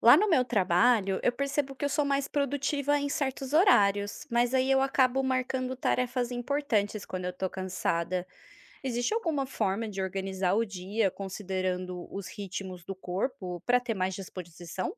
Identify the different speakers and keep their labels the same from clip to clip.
Speaker 1: Lá no meu trabalho, eu percebo que eu sou mais produtiva em certos horários, mas aí eu acabo marcando tarefas importantes quando eu tô cansada. Existe alguma forma de organizar o dia considerando os ritmos do corpo para ter mais disposição?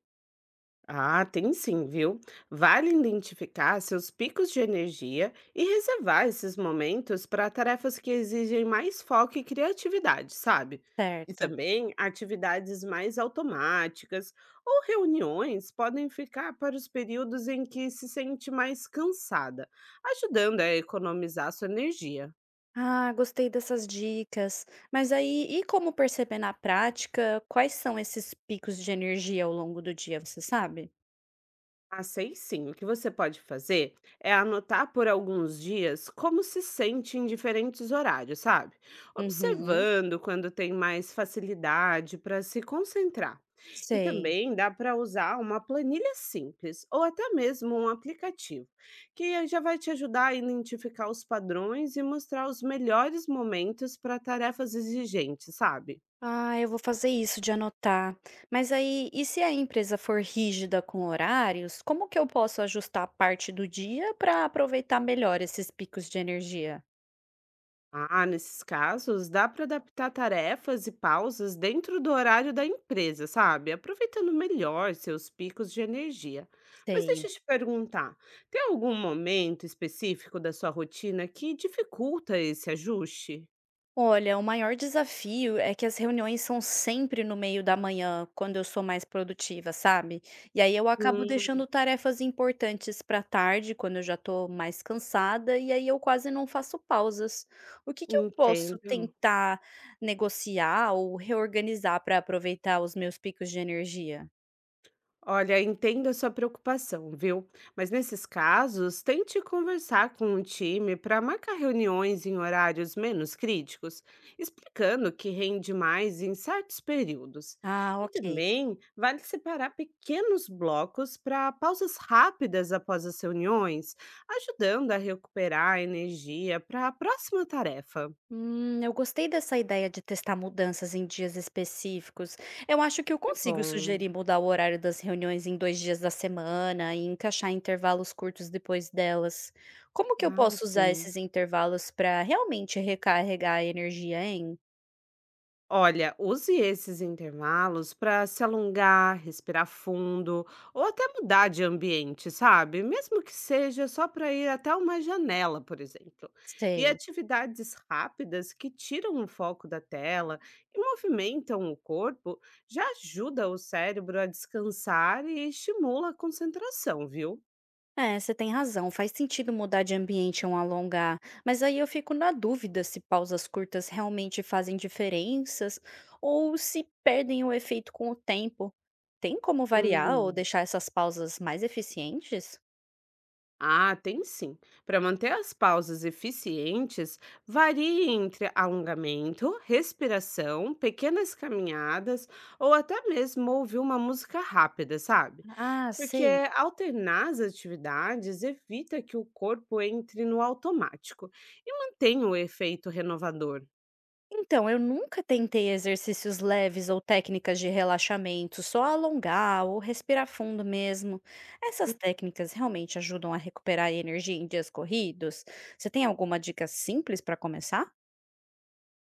Speaker 2: Ah, tem sim, viu? Vale identificar seus picos de energia e reservar esses momentos para tarefas que exigem mais foco e criatividade, sabe? E
Speaker 1: Certo.
Speaker 2: também atividades mais automáticas ou reuniões podem ficar para os períodos em que se sente mais cansada, ajudando a economizar sua energia.
Speaker 1: Ah, gostei dessas dicas. Mas aí, e como perceber na prática quais são esses picos de energia ao longo do dia, você sabe?
Speaker 2: Ah, sei sim. O que você pode fazer é anotar por alguns dias como se sente em diferentes horários, sabe?
Speaker 1: Uhum,
Speaker 2: Observando quando tem mais facilidade para se concentrar. E
Speaker 1: sei.
Speaker 2: também dá para usar uma planilha simples ou até mesmo um aplicativo, que já vai te ajudar a identificar os padrões e mostrar os melhores momentos para tarefas exigentes, sabe?
Speaker 1: Ah, eu vou fazer isso de anotar. Mas aí, e se a empresa for rígida com horários, como que eu posso ajustar a parte do dia para aproveitar melhor esses picos de energia?
Speaker 2: Ah, nesses casos, dá para adaptar tarefas e pausas dentro do horário da empresa, sabe? Aproveitando melhor seus picos de energia. Mas deixa
Speaker 1: Sei.
Speaker 2: eu te perguntar, tem algum momento específico da sua rotina que dificulta esse ajuste?
Speaker 1: Olha, o maior desafio é que as reuniões são sempre no meio da manhã, quando eu sou mais produtiva, sabe? E aí eu acabo
Speaker 2: Hum,
Speaker 1: deixando tarefas importantes para tarde, quando eu já estou mais cansada, e aí eu quase não faço pausas. O que que eu posso
Speaker 2: entendo.
Speaker 1: tentar negociar ou reorganizar para aproveitar os meus picos de energia?
Speaker 2: Olha, entendo a sua preocupação, viu? Mas nesses casos, tente conversar com o time para marcar reuniões em horários menos críticos, explicando que rende mais em certos períodos.
Speaker 1: Ah,
Speaker 2: E
Speaker 1: ok.
Speaker 2: também vale separar pequenos blocos para pausas rápidas após as reuniões, ajudando a recuperar a energia para a próxima tarefa.
Speaker 1: Eu gostei dessa ideia de testar mudanças em dias específicos. Eu acho que eu
Speaker 2: Que
Speaker 1: consigo
Speaker 2: bom.
Speaker 1: sugerir mudar o horário das reuniões em dois dias da semana e encaixar intervalos curtos depois delas. Como que eu
Speaker 2: Ah,
Speaker 1: posso usar
Speaker 2: sim.
Speaker 1: esses intervalos para realmente recarregar a energia, hein?
Speaker 2: Olha, use esses intervalos para se alongar, respirar fundo ou até mudar de ambiente, sabe? Mesmo que seja só para ir até uma janela, por exemplo. E
Speaker 1: Sei.
Speaker 2: atividades rápidas que tiram o foco da tela e movimentam o corpo já ajuda o cérebro a descansar e estimula a concentração, viu?
Speaker 1: É, você tem razão, faz sentido mudar de ambiente ou alongar, mas aí eu fico na dúvida se pausas curtas realmente fazem diferenças ou se perdem o efeito com o tempo. Tem como variar ou
Speaker 2: Hum.
Speaker 1: deixar essas pausas mais eficientes?
Speaker 2: Ah, tem sim. Para manter as pausas eficientes, varie entre alongamento, respiração, pequenas caminhadas ou até mesmo ouvir uma música rápida, sabe?
Speaker 1: Ah,
Speaker 2: Porque
Speaker 1: sei.
Speaker 2: alternar as atividades evita que o corpo entre no automático e mantém o efeito renovador.
Speaker 1: Então, eu nunca tentei exercícios leves ou técnicas de relaxamento, só alongar ou respirar fundo mesmo. Essas técnicas realmente ajudam a recuperar energia em dias corridos? Você tem alguma dica simples para começar?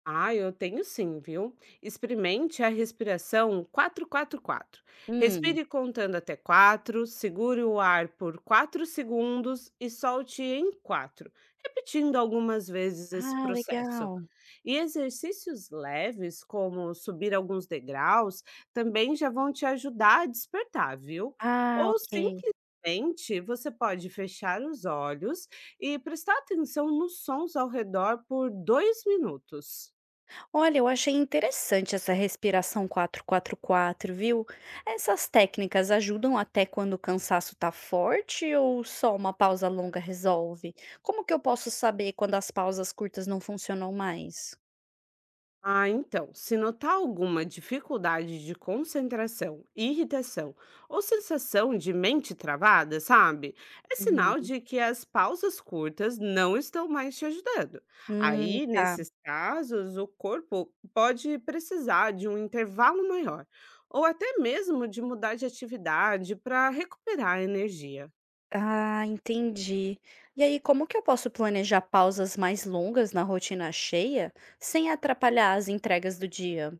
Speaker 2: Ah, eu tenho sim, viu? Experimente a respiração quatro quatro quatro.
Speaker 1: Hum.
Speaker 2: Respire contando até 4, segure o ar por 4 segundos e solte em quatro, repetindo algumas vezes esse
Speaker 1: Ah,
Speaker 2: processo.
Speaker 1: legal.
Speaker 2: E exercícios leves, como subir alguns degraus, também já vão te ajudar a despertar, viu?
Speaker 1: Ah,
Speaker 2: Ou
Speaker 1: ok.
Speaker 2: simplesmente você pode fechar os olhos e prestar atenção nos sons ao redor por 2 minutos.
Speaker 1: Olha, eu achei interessante essa respiração quatro quatro quatro, viu? Essas técnicas ajudam até quando o cansaço tá forte ou só uma pausa longa resolve? Como que eu posso saber quando as pausas curtas não funcionam mais?
Speaker 2: Ah, então, se notar alguma dificuldade de concentração, irritação ou sensação de mente travada, sabe? É sinal
Speaker 1: Uhum.
Speaker 2: de que as pausas curtas não estão mais te ajudando. Aí,
Speaker 1: Tá.
Speaker 2: nesses casos, o corpo pode precisar de um intervalo maior ou até mesmo de mudar de atividade para recuperar a energia.
Speaker 1: Ah, entendi. E aí, como que eu posso planejar pausas mais longas na rotina cheia sem atrapalhar as entregas do dia?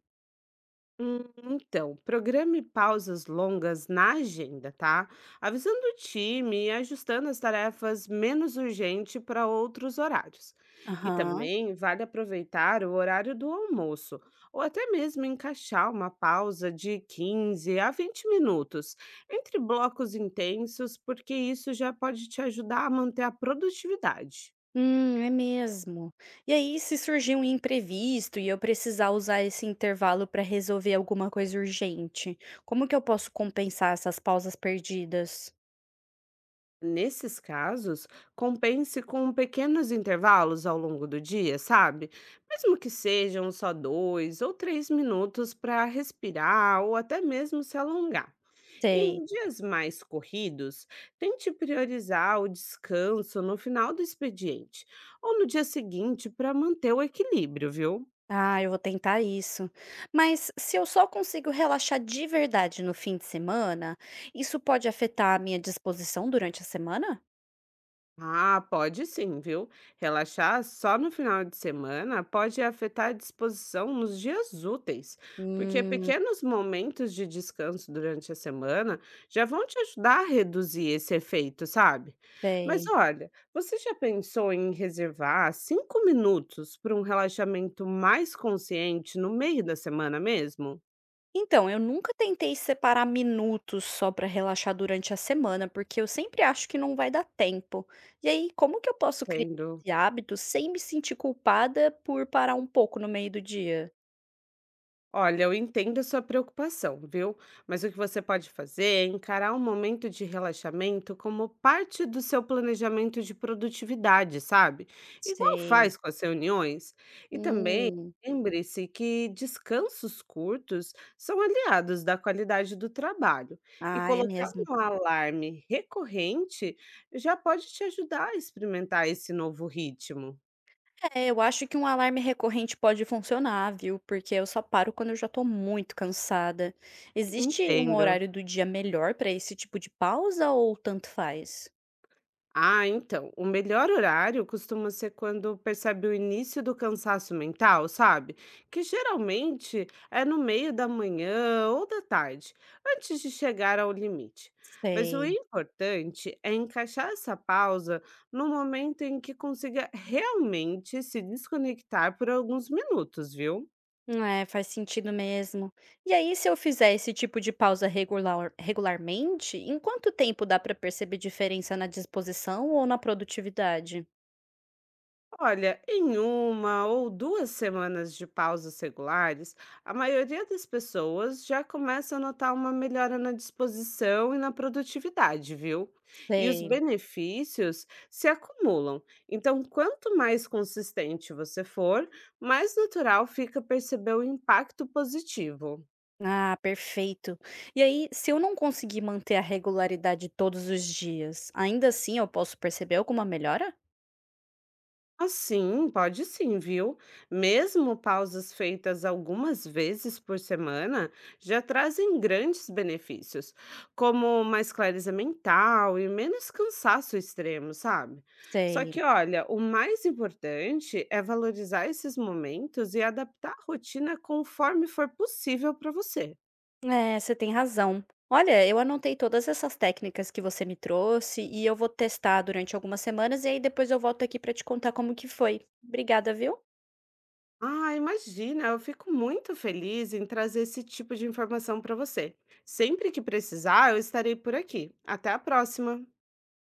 Speaker 2: Hum, Então, programe pausas longas na agenda, tá? Avisando o time e ajustando as tarefas menos urgentes para outros horários. E
Speaker 1: Aham.
Speaker 2: também vale aproveitar o horário do almoço, ou até mesmo encaixar uma pausa de 15 a 20 minutos entre blocos intensos, porque isso já pode te ajudar a manter a produtividade.
Speaker 1: É mesmo. E aí, se surgir um imprevisto e eu precisar usar esse intervalo para resolver alguma coisa urgente, como que eu posso compensar essas pausas perdidas?
Speaker 2: Nesses casos, compense com pequenos intervalos ao longo do dia, sabe? Mesmo que sejam só 2 ou 3 minutos para respirar ou até mesmo se alongar. E
Speaker 1: Sei.
Speaker 2: em dias mais corridos, tente priorizar o descanso no final do expediente ou no dia seguinte para manter o equilíbrio, viu?
Speaker 1: Ah, eu vou tentar isso. Mas se eu só consigo relaxar de verdade no fim de semana, isso pode afetar a minha disposição durante a semana?
Speaker 2: Ah, pode sim, viu? Relaxar só no final de semana pode afetar a disposição nos dias úteis, porque
Speaker 1: Hum,
Speaker 2: pequenos momentos de descanso durante a semana já vão te ajudar a reduzir esse efeito, sabe? Mas
Speaker 1: sei.
Speaker 2: olha, você já pensou em reservar 5 minutos para um relaxamento mais consciente no meio da semana mesmo?
Speaker 1: Então, eu nunca tentei separar minutos só para relaxar durante a semana, porque eu sempre acho que não vai dar tempo. E aí, como que eu posso criar
Speaker 2: Tendo
Speaker 1: esse hábito sem me sentir culpada por parar um pouco no meio do dia?
Speaker 2: Olha, eu entendo a sua preocupação, viu? Mas o que você pode fazer é encarar um momento de relaxamento como parte do seu planejamento de produtividade, sabe? Igual
Speaker 1: Sei.
Speaker 2: faz com as reuniões. E também
Speaker 1: Hum.
Speaker 2: lembre-se que descansos curtos são aliados da qualidade do trabalho. E
Speaker 1: Ah, é
Speaker 2: colocar
Speaker 1: mesmo.
Speaker 2: um alarme recorrente já pode te ajudar a experimentar esse novo ritmo.
Speaker 1: É, eu acho que um alarme recorrente pode funcionar, viu? Porque eu só paro quando eu já tô muito cansada. Existe um
Speaker 2: Entendo.
Speaker 1: horário do dia melhor para esse tipo de pausa ou tanto faz?
Speaker 2: Ah, então, o melhor horário costuma ser quando percebe o início do cansaço mental, sabe? Que geralmente é no meio da manhã ou da tarde, antes de chegar ao limite. Mas o
Speaker 1: Sei.
Speaker 2: importante é encaixar essa pausa no momento em que consiga realmente se desconectar por alguns minutos, viu?
Speaker 1: É, faz sentido mesmo. E aí, se eu fizer esse tipo de pausa regular, regularmente, em quanto tempo dá para perceber diferença na disposição ou na produtividade?
Speaker 2: Olha, em 1 ou 2 semanas de pausas regulares, a maioria das pessoas já começa a notar uma melhora na disposição e na produtividade, viu? E os
Speaker 1: Sei.
Speaker 2: benefícios se acumulam. Então, quanto mais consistente você for, mais natural fica perceber o impacto positivo.
Speaker 1: Ah, perfeito. E aí, se eu não conseguir manter a regularidade todos os dias, ainda assim eu posso perceber alguma melhora?
Speaker 2: Ah, sim, pode sim, viu? Mesmo pausas feitas algumas vezes por semana já trazem grandes benefícios, como mais clareza mental e menos cansaço extremo, sabe? Só
Speaker 1: Sei.
Speaker 2: que, olha, o mais importante é valorizar esses momentos e adaptar a rotina conforme for possível para você.
Speaker 1: É, você tem razão. Olha, eu anotei todas essas técnicas que você me trouxe e eu vou testar durante algumas semanas e aí depois eu volto aqui para te contar como que foi. Obrigada, viu?
Speaker 2: Ah, imagina, eu fico muito feliz em trazer esse tipo de informação para você. Sempre que precisar, eu estarei por aqui. Até a próxima!